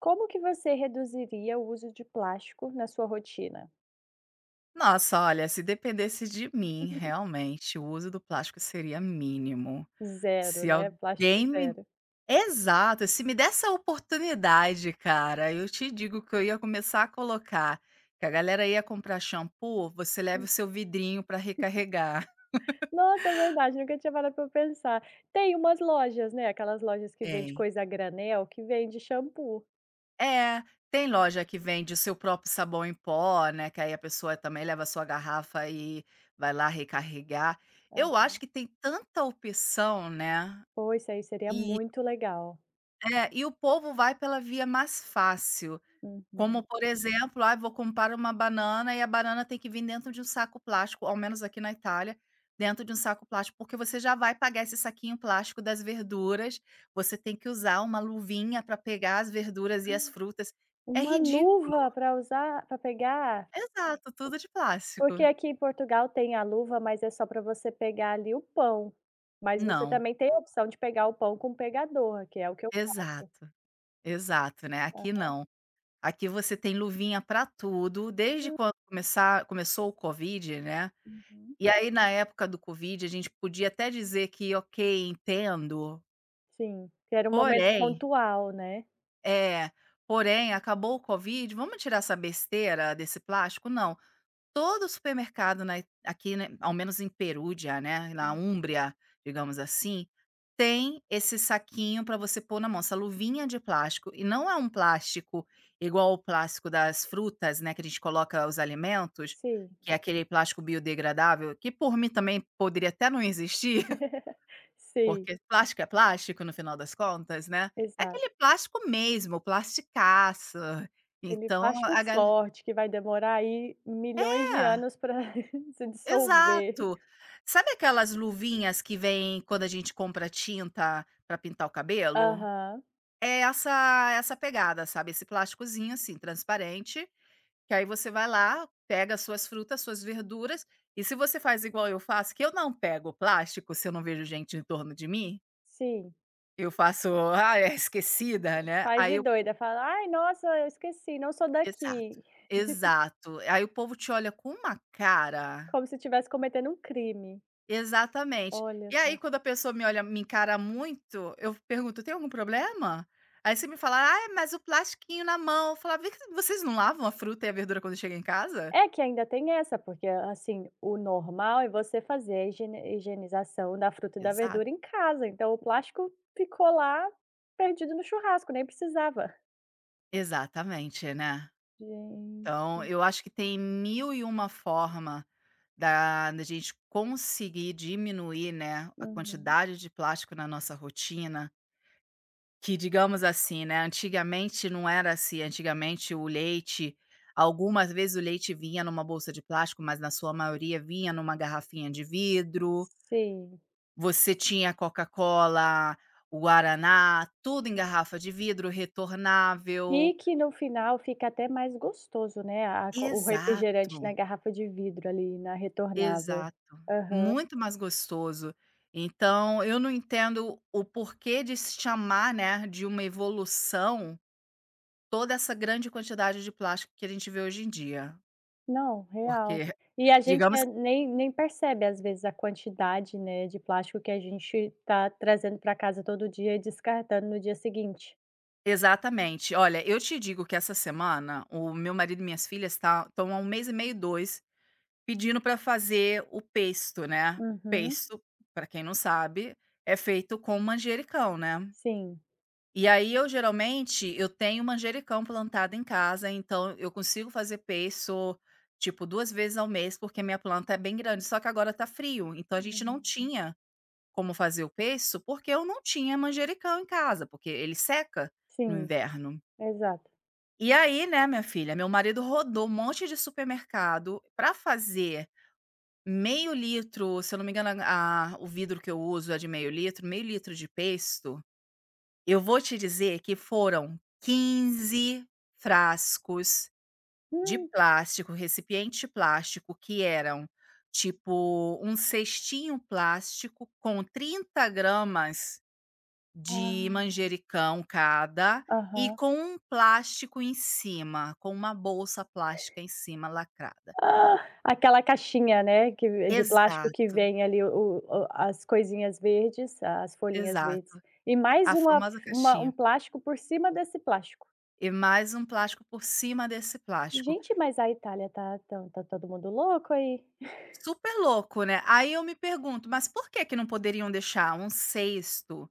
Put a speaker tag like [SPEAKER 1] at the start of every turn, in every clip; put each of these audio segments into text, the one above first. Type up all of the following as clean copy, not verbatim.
[SPEAKER 1] Como que você reduziria o uso de plástico na sua rotina?
[SPEAKER 2] Nossa, olha, se dependesse de mim, realmente, o uso do plástico seria mínimo.
[SPEAKER 1] Zero,
[SPEAKER 2] Se
[SPEAKER 1] né, plástico
[SPEAKER 2] alguém me
[SPEAKER 1] zero.
[SPEAKER 2] Exato, se me desse a oportunidade, cara, eu te digo que eu ia começar a colocar, que a galera ia comprar shampoo, você leva o
[SPEAKER 1] Hum,
[SPEAKER 2] seu vidrinho para recarregar.
[SPEAKER 1] Nossa, é verdade, nunca tinha parado para pensar. Tem umas lojas, né, aquelas lojas que vende
[SPEAKER 2] Tem.
[SPEAKER 1] coisa a granel, que vende shampoo.
[SPEAKER 2] É, tem loja que vende o seu próprio sabão em pó, né? Que aí a pessoa também leva a sua garrafa e vai lá recarregar. Eu acho
[SPEAKER 1] Aham.
[SPEAKER 2] que tem tanta opção, né?
[SPEAKER 1] Pô, isso aí seria muito legal.
[SPEAKER 2] É, e o povo vai pela via mais fácil, como
[SPEAKER 1] Uhum.
[SPEAKER 2] por exemplo: "Ai, vou comprar uma banana e a banana tem que vir dentro de um saco plástico", ao menos aqui na Itália, dentro de um saco plástico, porque você já vai pagar esse saquinho plástico das verduras, você tem que usar uma luvinha para pegar as verduras e as frutas. É
[SPEAKER 1] Uma luva
[SPEAKER 2] ridículo.
[SPEAKER 1] para usar para pegar?
[SPEAKER 2] Exato, tudo de plástico.
[SPEAKER 1] Porque aqui em Portugal tem a luva, mas é só para você pegar ali o pão. Mas você
[SPEAKER 2] Não,
[SPEAKER 1] também tem a opção de pegar o pão com pegador, que é o que eu faço.
[SPEAKER 2] exato, exato, né, aqui não. Aqui você tem luvinha para tudo, desde quando começar começou o Covid, né.
[SPEAKER 1] Uhum.
[SPEAKER 2] E aí, na época do covid, a gente podia até dizer que: "Ok, entendo,
[SPEAKER 1] Sim, que era um momento
[SPEAKER 2] porém"
[SPEAKER 1] pontual, né.
[SPEAKER 2] é, "porém, acabou o covid, vamos tirar essa besteira desse plástico?". Não, todo supermercado na aqui, né, ao menos em Perúdia, né, na
[SPEAKER 1] Hum.
[SPEAKER 2] Úmbria, digamos assim, tem esse saquinho para você pôr na mão, essa luvinha de plástico, e não é um plástico igual o plástico das frutas, né, que a gente coloca os alimentos,
[SPEAKER 1] Sim.
[SPEAKER 2] que é aquele plástico biodegradável, que por mim também poderia até não existir.
[SPEAKER 1] Sim,
[SPEAKER 2] Porque plástico é plástico no final das contas, né. É
[SPEAKER 1] exato.
[SPEAKER 2] aquele plástico mesmo, plasticaço.
[SPEAKER 1] Aquele
[SPEAKER 2] Então
[SPEAKER 1] plástico
[SPEAKER 2] a galera,
[SPEAKER 1] forte que vai demorar aí milhões de
[SPEAKER 2] é,
[SPEAKER 1] anos para se dissolver.
[SPEAKER 2] exato. Sabe aquelas luvinhas que vem quando a gente compra tinta para pintar o cabelo?
[SPEAKER 1] Aham,
[SPEAKER 2] É essa pegada, sabe, esse plásticozinho, assim, transparente, que aí você vai lá, pega as suas frutas, suas verduras, e se você faz igual eu faço, que eu não pego plástico se eu não vejo gente em torno de mim,
[SPEAKER 1] sim.
[SPEAKER 2] eu faço: "Ah, é esquecida", né,
[SPEAKER 1] Faz
[SPEAKER 2] aí
[SPEAKER 1] de
[SPEAKER 2] eu
[SPEAKER 1] doida, fala: "Ai, nossa, eu esqueci, não sou
[SPEAKER 2] Exato,
[SPEAKER 1] daqui",
[SPEAKER 2] exato. Aí o povo te olha com uma cara
[SPEAKER 1] como se estivesse cometendo um crime,
[SPEAKER 2] exatamente.
[SPEAKER 1] olha
[SPEAKER 2] E aí
[SPEAKER 1] só.
[SPEAKER 2] quando a pessoa me olha me encara muito, eu pergunto: "Tem algum problema?" Aí você me fala: ah mas o plastiquinho na mão", eu falava: "Vem cá, vocês não lavam a fruta e a verdura quando chega em casa?"
[SPEAKER 1] É que ainda tem essa, porque, assim, o normal é você fazer a higiene higienização da fruta e da
[SPEAKER 2] Exato,
[SPEAKER 1] verdura em casa, então o plástico ficou lá perdido no churrasco, nem precisava.
[SPEAKER 2] exatamente, né. Então
[SPEAKER 1] Gente.
[SPEAKER 2] eu acho que tem mil e uma forma da gente conseguir diminuir, né, a
[SPEAKER 1] Uhum.
[SPEAKER 2] quantidade de plástico na nossa rotina. Que digamos assim, né, antigamente não era assim, antigamente o leite algumas vezes o leite vinha numa bolsa de plástico, mas na sua maioria vinha numa garrafinha de vidro,
[SPEAKER 1] Sim.
[SPEAKER 2] você tinha Coca-Cola, o Guaraná, tudo em garrafa de vidro retornável.
[SPEAKER 1] E que no final fica até mais gostoso, né, a o refrigerante
[SPEAKER 2] Exato,
[SPEAKER 1] na garrafa de vidro ali, na retornável.
[SPEAKER 2] exato. Muito mais gostoso. Então eu não entendo o porquê de se chamar, né, de uma evolução toda essa grande quantidade de plástico que a gente vê hoje em dia.
[SPEAKER 1] Não, real.
[SPEAKER 2] Porque,
[SPEAKER 1] E a gente,
[SPEAKER 2] digamos
[SPEAKER 1] nem percebe às vezes a quantidade, né, de plástico que a gente está trazendo para casa todo dia e descartando no dia seguinte.
[SPEAKER 2] exatamente. Olha, eu te digo que essa semana o meu marido e minhas filhas estão há um mês e meio, dois, pedindo para fazer o pesto, né.
[SPEAKER 1] Uhum,
[SPEAKER 2] Pesto, para quem não sabe, é feito com manjericão, né.
[SPEAKER 1] sim.
[SPEAKER 2] E aí eu geralmente eu tenho manjericão plantado em casa, então eu consigo fazer pesto, tipo, 2 vezes ao mês, porque minha planta é bem grande, só que agora tá frio, então a gente não
[SPEAKER 1] Uhum.
[SPEAKER 2] tinha como fazer o peisso, porque eu não tinha manjericão em casa, porque ele seca no
[SPEAKER 1] Sim,
[SPEAKER 2] inverno.
[SPEAKER 1] exato.
[SPEAKER 2] E aí, né, minha filha, meu marido rodou um monte de supermercado para fazer meio litro, se eu não me engano, a o vidro que eu uso é de meio litro de pesto. Eu vou te dizer que foram 15 frascos de
[SPEAKER 1] Hum,
[SPEAKER 2] plástico, recipiente de plástico, que eram tipo um cestinho plástico com 30 gramas de
[SPEAKER 1] ah,
[SPEAKER 2] manjericão cada e
[SPEAKER 1] aham.
[SPEAKER 2] com um plástico em cima, com uma bolsa plástica em cima lacrada.
[SPEAKER 1] Ah, aquela caixinha, né, que de plástico que
[SPEAKER 2] Exato,
[SPEAKER 1] vem ali o as coisinhas verdes, as folhinhas verdes.
[SPEAKER 2] exato.
[SPEAKER 1] E mais
[SPEAKER 2] A famosa
[SPEAKER 1] uma um
[SPEAKER 2] caixinha.
[SPEAKER 1] plástico por cima desse plástico.
[SPEAKER 2] E mais um plástico por cima desse plástico.
[SPEAKER 1] Gente, mas a Itália tá todo mundo louco aí.
[SPEAKER 2] Super louco, né. Aí eu me pergunto: "Mas por que que não poderiam deixar um cesto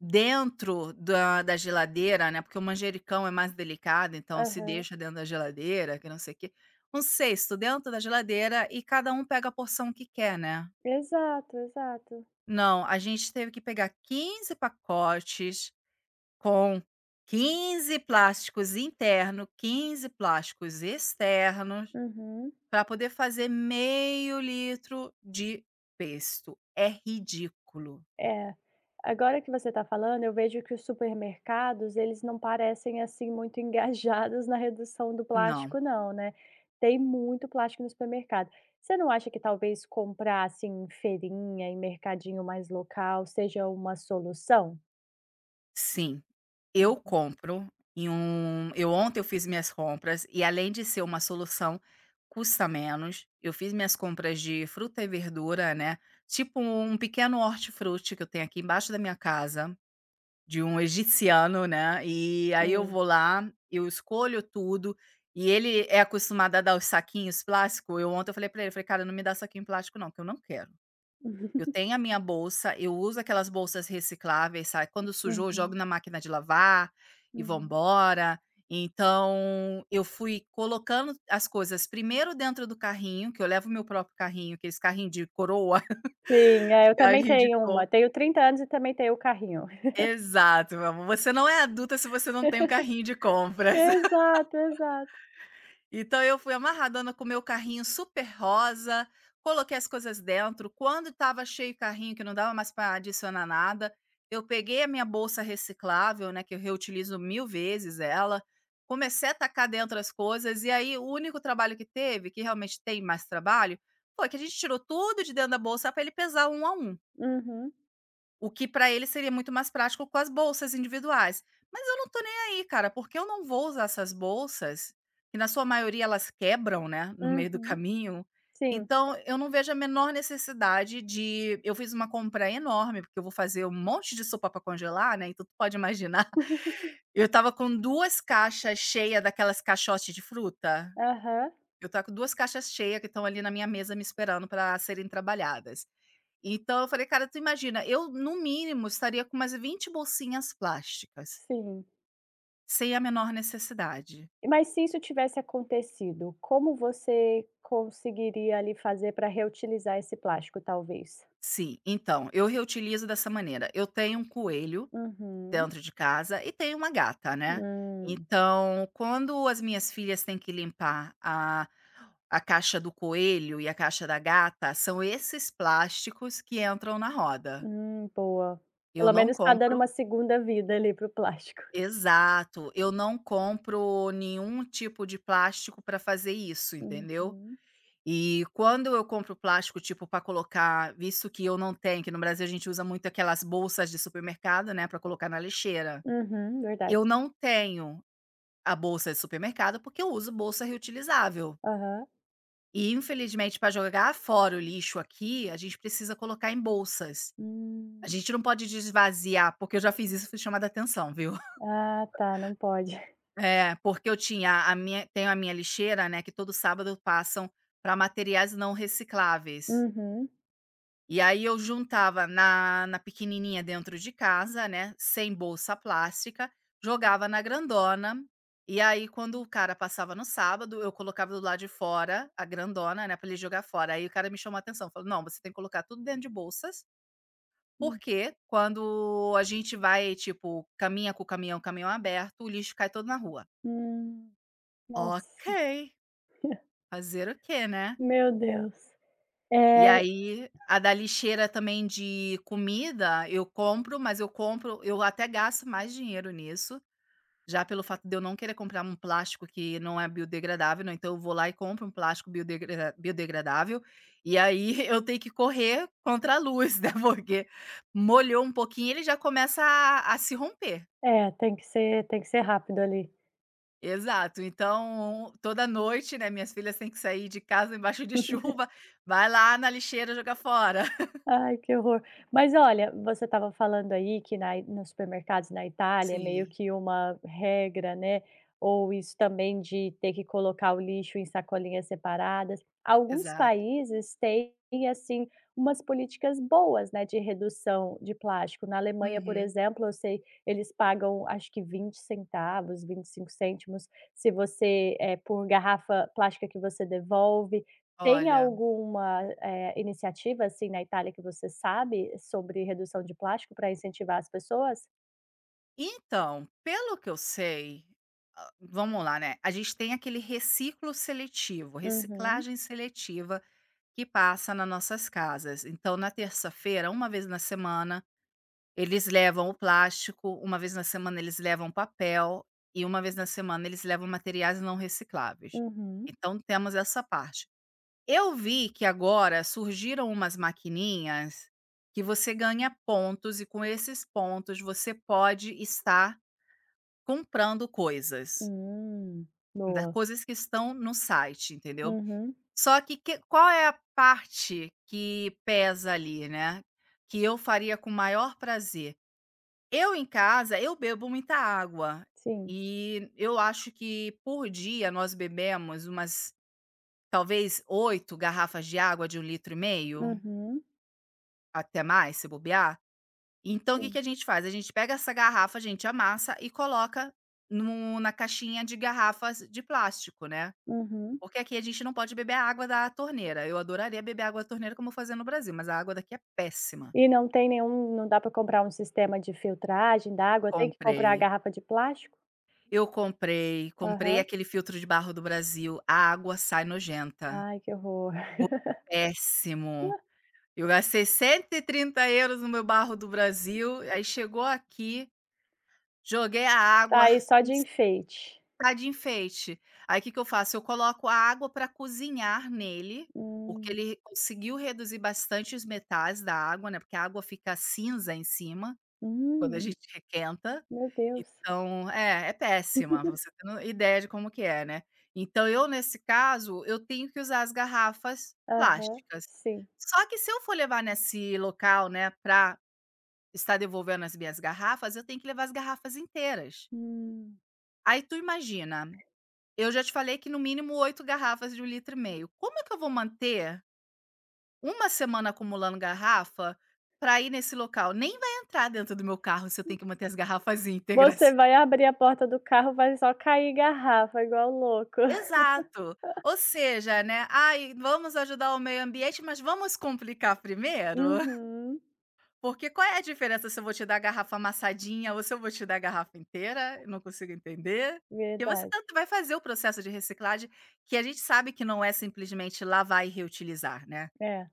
[SPEAKER 2] dentro da geladeira, né?" Porque o manjericão é mais delicado, então se
[SPEAKER 1] Aham.
[SPEAKER 2] deixa dentro da geladeira, que não sei o quê. Um cesto dentro da geladeira e cada um pega a porção que quer, né?
[SPEAKER 1] Exato, exato.
[SPEAKER 2] Não, a gente teve que pegar 15 pacotes com 15 plásticos internos, 15 plásticos externos,
[SPEAKER 1] Uhum.
[SPEAKER 2] para poder fazer meio litro de pesto. É ridículo.
[SPEAKER 1] É. Agora que você está falando, eu vejo que os supermercados, eles não parecem, assim, muito engajados na redução do
[SPEAKER 2] Não,
[SPEAKER 1] plástico não, né. Tem muito plástico no supermercado. Você não acha que talvez comprar, assim, em feirinha, em mercadinho mais local, seja uma solução?
[SPEAKER 2] sim, eu
[SPEAKER 1] Uhum.
[SPEAKER 2] compro em um eu ontem eu fiz minhas compras e além de ser uma solução, custa menos. Eu fiz minhas compras de fruta e verdura, né, tipo um pequeno hortifruti que eu tenho aqui embaixo da minha casa. De um egiciano, né, e aí eu
[SPEAKER 1] Hum.
[SPEAKER 2] vou lá, eu escolho tudo, e ele é acostumado a dar os saquinhos plástico, eu falei pra ele, eu falei: "Cara, não me dá saquinho plástico não, que eu não quero. Eu tenho a minha bolsa, eu uso aquelas bolsas recicláveis, sabe, quando sujou eu jogo
[SPEAKER 1] Uhum,
[SPEAKER 2] na máquina de lavar, e vamos
[SPEAKER 1] uhum.
[SPEAKER 2] embora". Então, eu fui colocando as coisas primeiro dentro do carrinho, que eu levo meu próprio carrinho, aqueles carrinho de coroa,
[SPEAKER 1] Sim, é, eu também
[SPEAKER 2] carrinho de
[SPEAKER 1] tenho uma. Tenho 30 anos e também tenho o carrinho.
[SPEAKER 2] Exato, meu amor. Você não é adulta se você não tem um carrinho de compras.
[SPEAKER 1] Exato, exato.
[SPEAKER 2] Então eu fui amarradona com o meu carrinho super rosa, coloquei as coisas dentro. Quando estava cheio o carrinho, que não dava mais para adicionar nada, eu peguei a minha bolsa reciclável, né, que eu reutilizo mil vezes ela, comecei a tacar dentro as coisas, e aí o único trabalho que teve, que realmente tem mais trabalho, foi que a gente tirou tudo de dentro da bolsa para ele pesar um a um.
[SPEAKER 1] Uhum.
[SPEAKER 2] O que para ele seria muito mais prático com as bolsas individuais. Mas eu não tô nem aí, cara, porque eu não vou usar essas bolsas, que na sua maioria elas quebram, né, no meio do
[SPEAKER 1] Uhum,
[SPEAKER 2] caminho.
[SPEAKER 1] sim.
[SPEAKER 2] Então eu não vejo a menor necessidade de eu fiz uma compra enorme, porque eu vou fazer um monte de sopa para congelar, né, então tu pode imaginar. Eu estava com 2 caixas cheias daquelas caixotes de fruta.
[SPEAKER 1] Aham,
[SPEAKER 2] Eu estava com 2 caixas cheias que estão ali na minha mesa me esperando para serem trabalhadas. Então eu falei: "Cara, tu imagina, eu no mínimo estaria com umas 20 bolsinhas plásticas,
[SPEAKER 1] sim.
[SPEAKER 2] sem a menor necessidade".
[SPEAKER 1] Mas se isso tivesse acontecido, como você conseguiria ali fazer para reutilizar esse plástico, talvez?
[SPEAKER 2] Sim, então, eu reutilizo dessa maneira. Eu tenho um coelho
[SPEAKER 1] Uhum.
[SPEAKER 2] dentro de casa e tenho uma gata, né.
[SPEAKER 1] Hum,
[SPEAKER 2] Então, quando as minhas filhas têm que limpar a caixa do coelho e a caixa da gata, são esses plásticos que entram na roda.
[SPEAKER 1] boa.
[SPEAKER 2] Eu
[SPEAKER 1] Pelo
[SPEAKER 2] não
[SPEAKER 1] menos está dando
[SPEAKER 2] compro
[SPEAKER 1] uma segunda vida ali para o plástico.
[SPEAKER 2] Exato, eu não compro nenhum tipo de plástico para fazer isso, entendeu.
[SPEAKER 1] Uhum,
[SPEAKER 2] E quando eu compro plástico, tipo, para colocar visto que eu não tenho, que no Brasil a gente usa muito aquelas bolsas de supermercado, né, para colocar na lixeira.
[SPEAKER 1] uhum, verdade.
[SPEAKER 2] Eu não tenho a bolsa de supermercado, porque eu uso bolsa reutilizável.
[SPEAKER 1] Aham.
[SPEAKER 2] E infelizmente para jogar fora o lixo aqui, a gente precisa colocar em bolsas. A
[SPEAKER 1] Hum.
[SPEAKER 2] gente não pode desvaziar, porque eu já fiz isso, e fui chamada atenção, viu.
[SPEAKER 1] Ah, tá, não pode.
[SPEAKER 2] É, porque eu tinha a minha tenho a minha lixeira, né, que todo sábado passam para materiais não recicláveis.
[SPEAKER 1] Uhum,
[SPEAKER 2] E aí eu juntava na pequenininha dentro de casa, né, sem bolsa plástica, jogava na grandona, e aí quando o cara passava no sábado, eu colocava do lado de fora a grandona, né, para ele jogar fora. Aí o cara me chamou a atenção, falou: "Não, você tem que colocar tudo dentro de bolsas,
[SPEAKER 1] hum,
[SPEAKER 2] porque quando a gente vai, tipo, caminha com o caminhão, caminhão aberto, o lixo cai todo na rua".
[SPEAKER 1] hum. Nossa,
[SPEAKER 2] Ok. Fazer o quê, né?
[SPEAKER 1] meu Deus.
[SPEAKER 2] E
[SPEAKER 1] É
[SPEAKER 2] aí, a da lixeira também de comida, eu compro, mas eu até gasto mais dinheiro nisso, já pelo fato de eu não querer comprar um plástico que não é biodegradável, né, então eu vou lá e compro um plástico biodegradável, e aí eu tenho que correr contra a luz, né, porque molhou um pouquinho, ele já começa a se romper.
[SPEAKER 1] É, tem que ser rápido ali.
[SPEAKER 2] Exato. Então, toda noite, né, minhas filhas têm que sair de casa embaixo de chuva, vai lá na lixeira jogar fora.
[SPEAKER 1] Ai, que horror. Mas olha, você estava falando aí que na nos supermercados na Itália é meio
[SPEAKER 2] Sim,
[SPEAKER 1] que uma regra, né, ou isso também de ter que colocar o lixo em sacolinhas separadas. Alguns
[SPEAKER 2] exato.
[SPEAKER 1] países têm, assim, umas políticas boas, né, de redução de plástico. Na Alemanha, por
[SPEAKER 2] Uhum.
[SPEAKER 1] exemplo, eu sei, eles pagam acho que 20 centavos, 25 cêntimos, se você, por garrafa plástica que você devolve. Tem
[SPEAKER 2] Olha.
[SPEAKER 1] alguma, iniciativa, assim, na Itália que você sabe sobre redução de plástico para incentivar as pessoas?
[SPEAKER 2] Então, pelo que eu sei, ah, vamos lá, né? A gente tem aquele reciclo seletivo,
[SPEAKER 1] Uhum,
[SPEAKER 2] reciclagem seletiva que passa nas nossas casas. Então, na terça-feira, uma vez na semana, eles levam o plástico, uma vez na semana eles levam papel e uma vez na semana eles levam materiais não recicláveis.
[SPEAKER 1] uhum,
[SPEAKER 2] Então, temos essa parte. Eu vi que agora surgiram umas maquininhas que você ganha pontos e com esses pontos você pode estar comprando coisas,
[SPEAKER 1] hum,
[SPEAKER 2] da
[SPEAKER 1] boa.
[SPEAKER 2] coisas que estão no site, entendeu.
[SPEAKER 1] Uhum,
[SPEAKER 2] Só que qual é a parte que pesa ali, né, que eu faria com maior prazer? Eu em casa, eu bebo muita água,
[SPEAKER 1] sim,
[SPEAKER 2] e eu acho que por dia nós bebemos umas, talvez, 8 garrafas de água de 1 litro. E meio.
[SPEAKER 1] uhum,
[SPEAKER 2] Até mais, se bobear. Então, o que
[SPEAKER 1] sim,
[SPEAKER 2] que a gente faz? A gente pega essa garrafa, a gente amassa e coloca no na caixinha de garrafas de plástico, né.
[SPEAKER 1] uhum.
[SPEAKER 2] Porque aqui a gente não pode beber a água da torneira. Eu adoraria beber água da torneira como eu fazia no Brasil, mas a água daqui é péssima.
[SPEAKER 1] E não tem nenhum não dá para comprar um sistema de filtragem d'água, tem que comprar a
[SPEAKER 2] Comprei.
[SPEAKER 1] garrafa de plástico?
[SPEAKER 2] Eu comprei
[SPEAKER 1] Aham.
[SPEAKER 2] aquele filtro de barro do Brasil, a água sai nojenta.
[SPEAKER 1] Ai, que horror.
[SPEAKER 2] Gosto péssimo. Eu gastei €130 no meu barro do Brasil, aí chegou aqui, joguei a
[SPEAKER 1] Tá
[SPEAKER 2] água.
[SPEAKER 1] aí só de enfeite.
[SPEAKER 2] Tá de enfeite. Aí o que que eu faço? Eu coloco a água para cozinhar nele, porque
[SPEAKER 1] Hum,
[SPEAKER 2] ele conseguiu reduzir bastante os metais da água, né, porque a água fica cinza em cima, quando a
[SPEAKER 1] hum,
[SPEAKER 2] gente requenta.
[SPEAKER 1] meu Deus.
[SPEAKER 2] Então é péssima, pra você ter no ideia de como que é, né. Então eu, nesse caso, eu tenho que usar as garrafas
[SPEAKER 1] Aham,
[SPEAKER 2] plásticas.
[SPEAKER 1] sim.
[SPEAKER 2] Só que se eu for levar nesse local, né, pra estar devolvendo as minhas garrafas, eu tenho que levar as garrafas inteiras.
[SPEAKER 1] Hum.
[SPEAKER 2] Aí tu imagina, eu já te falei que no mínimo 8 garrafas de um litro e meio. Como é que eu vou manter uma semana acumulando garrafa para ir nesse local? Nem vai entrar dentro do meu carro se eu tenho que manter as garrafas
[SPEAKER 1] Você
[SPEAKER 2] íntegras.
[SPEAKER 1] vai abrir a porta do carro, vai só cair garrafa igual louco.
[SPEAKER 2] Exato. Ou seja, né, "ai, vamos ajudar o meio ambiente, mas vamos complicar primeiro?"
[SPEAKER 1] Uhum,
[SPEAKER 2] Porque qual é a diferença se eu vou te dar a garrafa amassadinha ou se eu vou te dar a garrafa inteira? Eu não consigo entender. E você
[SPEAKER 1] verdade.
[SPEAKER 2] tanto vai fazer o processo de reciclagem, que a gente sabe que não é simplesmente lavar e reutilizar, né.
[SPEAKER 1] É,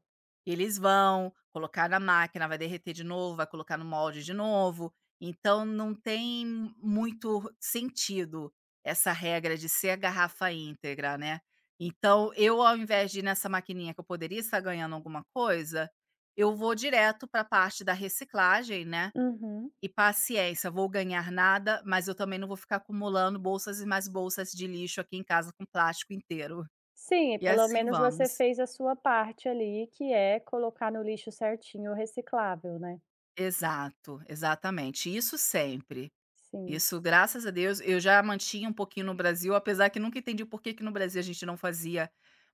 [SPEAKER 2] E eles vão colocar na máquina, vai derreter de novo, vai colocar no molde de novo. Então não tem muito sentido essa regra de ser a garrafa íntegra, né. Então eu, ao invés de ir nessa maquininha que eu poderia estar ganhando alguma coisa, eu vou direto para a parte da reciclagem, né,
[SPEAKER 1] uhum.
[SPEAKER 2] e paciência, vou ganhar nada, mas eu também não vou ficar acumulando bolsas e mais bolsas de lixo aqui em casa com plástico inteiro.
[SPEAKER 1] Sim,
[SPEAKER 2] E
[SPEAKER 1] pelo
[SPEAKER 2] assim
[SPEAKER 1] menos você
[SPEAKER 2] vamos.
[SPEAKER 1] fez a sua parte ali, que é colocar no lixo certinho o reciclável, né.
[SPEAKER 2] Exato, exatamente. Isso sempre.
[SPEAKER 1] Sim,
[SPEAKER 2] Isso, graças a Deus, eu já mantinha um pouquinho no Brasil, apesar que nunca entendi por que que no Brasil a gente não fazia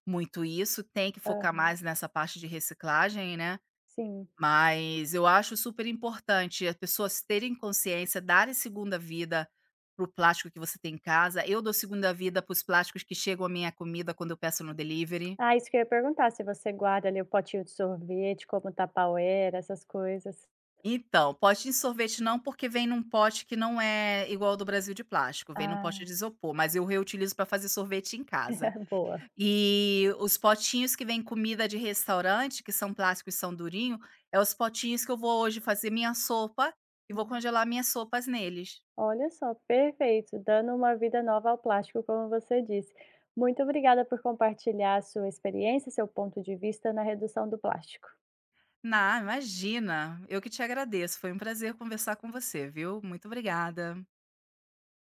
[SPEAKER 2] muito isso. Tem que focar
[SPEAKER 1] aham,
[SPEAKER 2] mais nessa parte de reciclagem, né.
[SPEAKER 1] sim.
[SPEAKER 2] Mas eu acho super importante as pessoas terem consciência, darem segunda vida para o plástico que você tem em casa. Eu dou segunda vida para os plásticos que chegam à minha comida quando eu peço no delivery.
[SPEAKER 1] Ah, isso que eu ia perguntar, se você guarda ali o potinho de sorvete como Tupperware, essas coisas.
[SPEAKER 2] Então, pote de sorvete não, porque vem num pote que não é igual ao do Brasil de plástico, vem num pote
[SPEAKER 1] Ah,
[SPEAKER 2] de isopor, mas eu reutilizo para fazer sorvete em casa.
[SPEAKER 1] é boa.
[SPEAKER 2] E os potinhos que vem comida de restaurante, que são plásticos e são durinho, é os potinhos que eu vou hoje fazer minha sopa e vou
[SPEAKER 1] Hum.
[SPEAKER 2] congelar minhas sopas neles.
[SPEAKER 1] Olha só, perfeito, dando uma vida nova ao plástico, como você disse. Muito obrigada por compartilhar a sua experiência, seu ponto de vista na redução do plástico.
[SPEAKER 2] Na, imagina, eu que te agradeço, foi um prazer conversar com você, viu? Muito obrigada.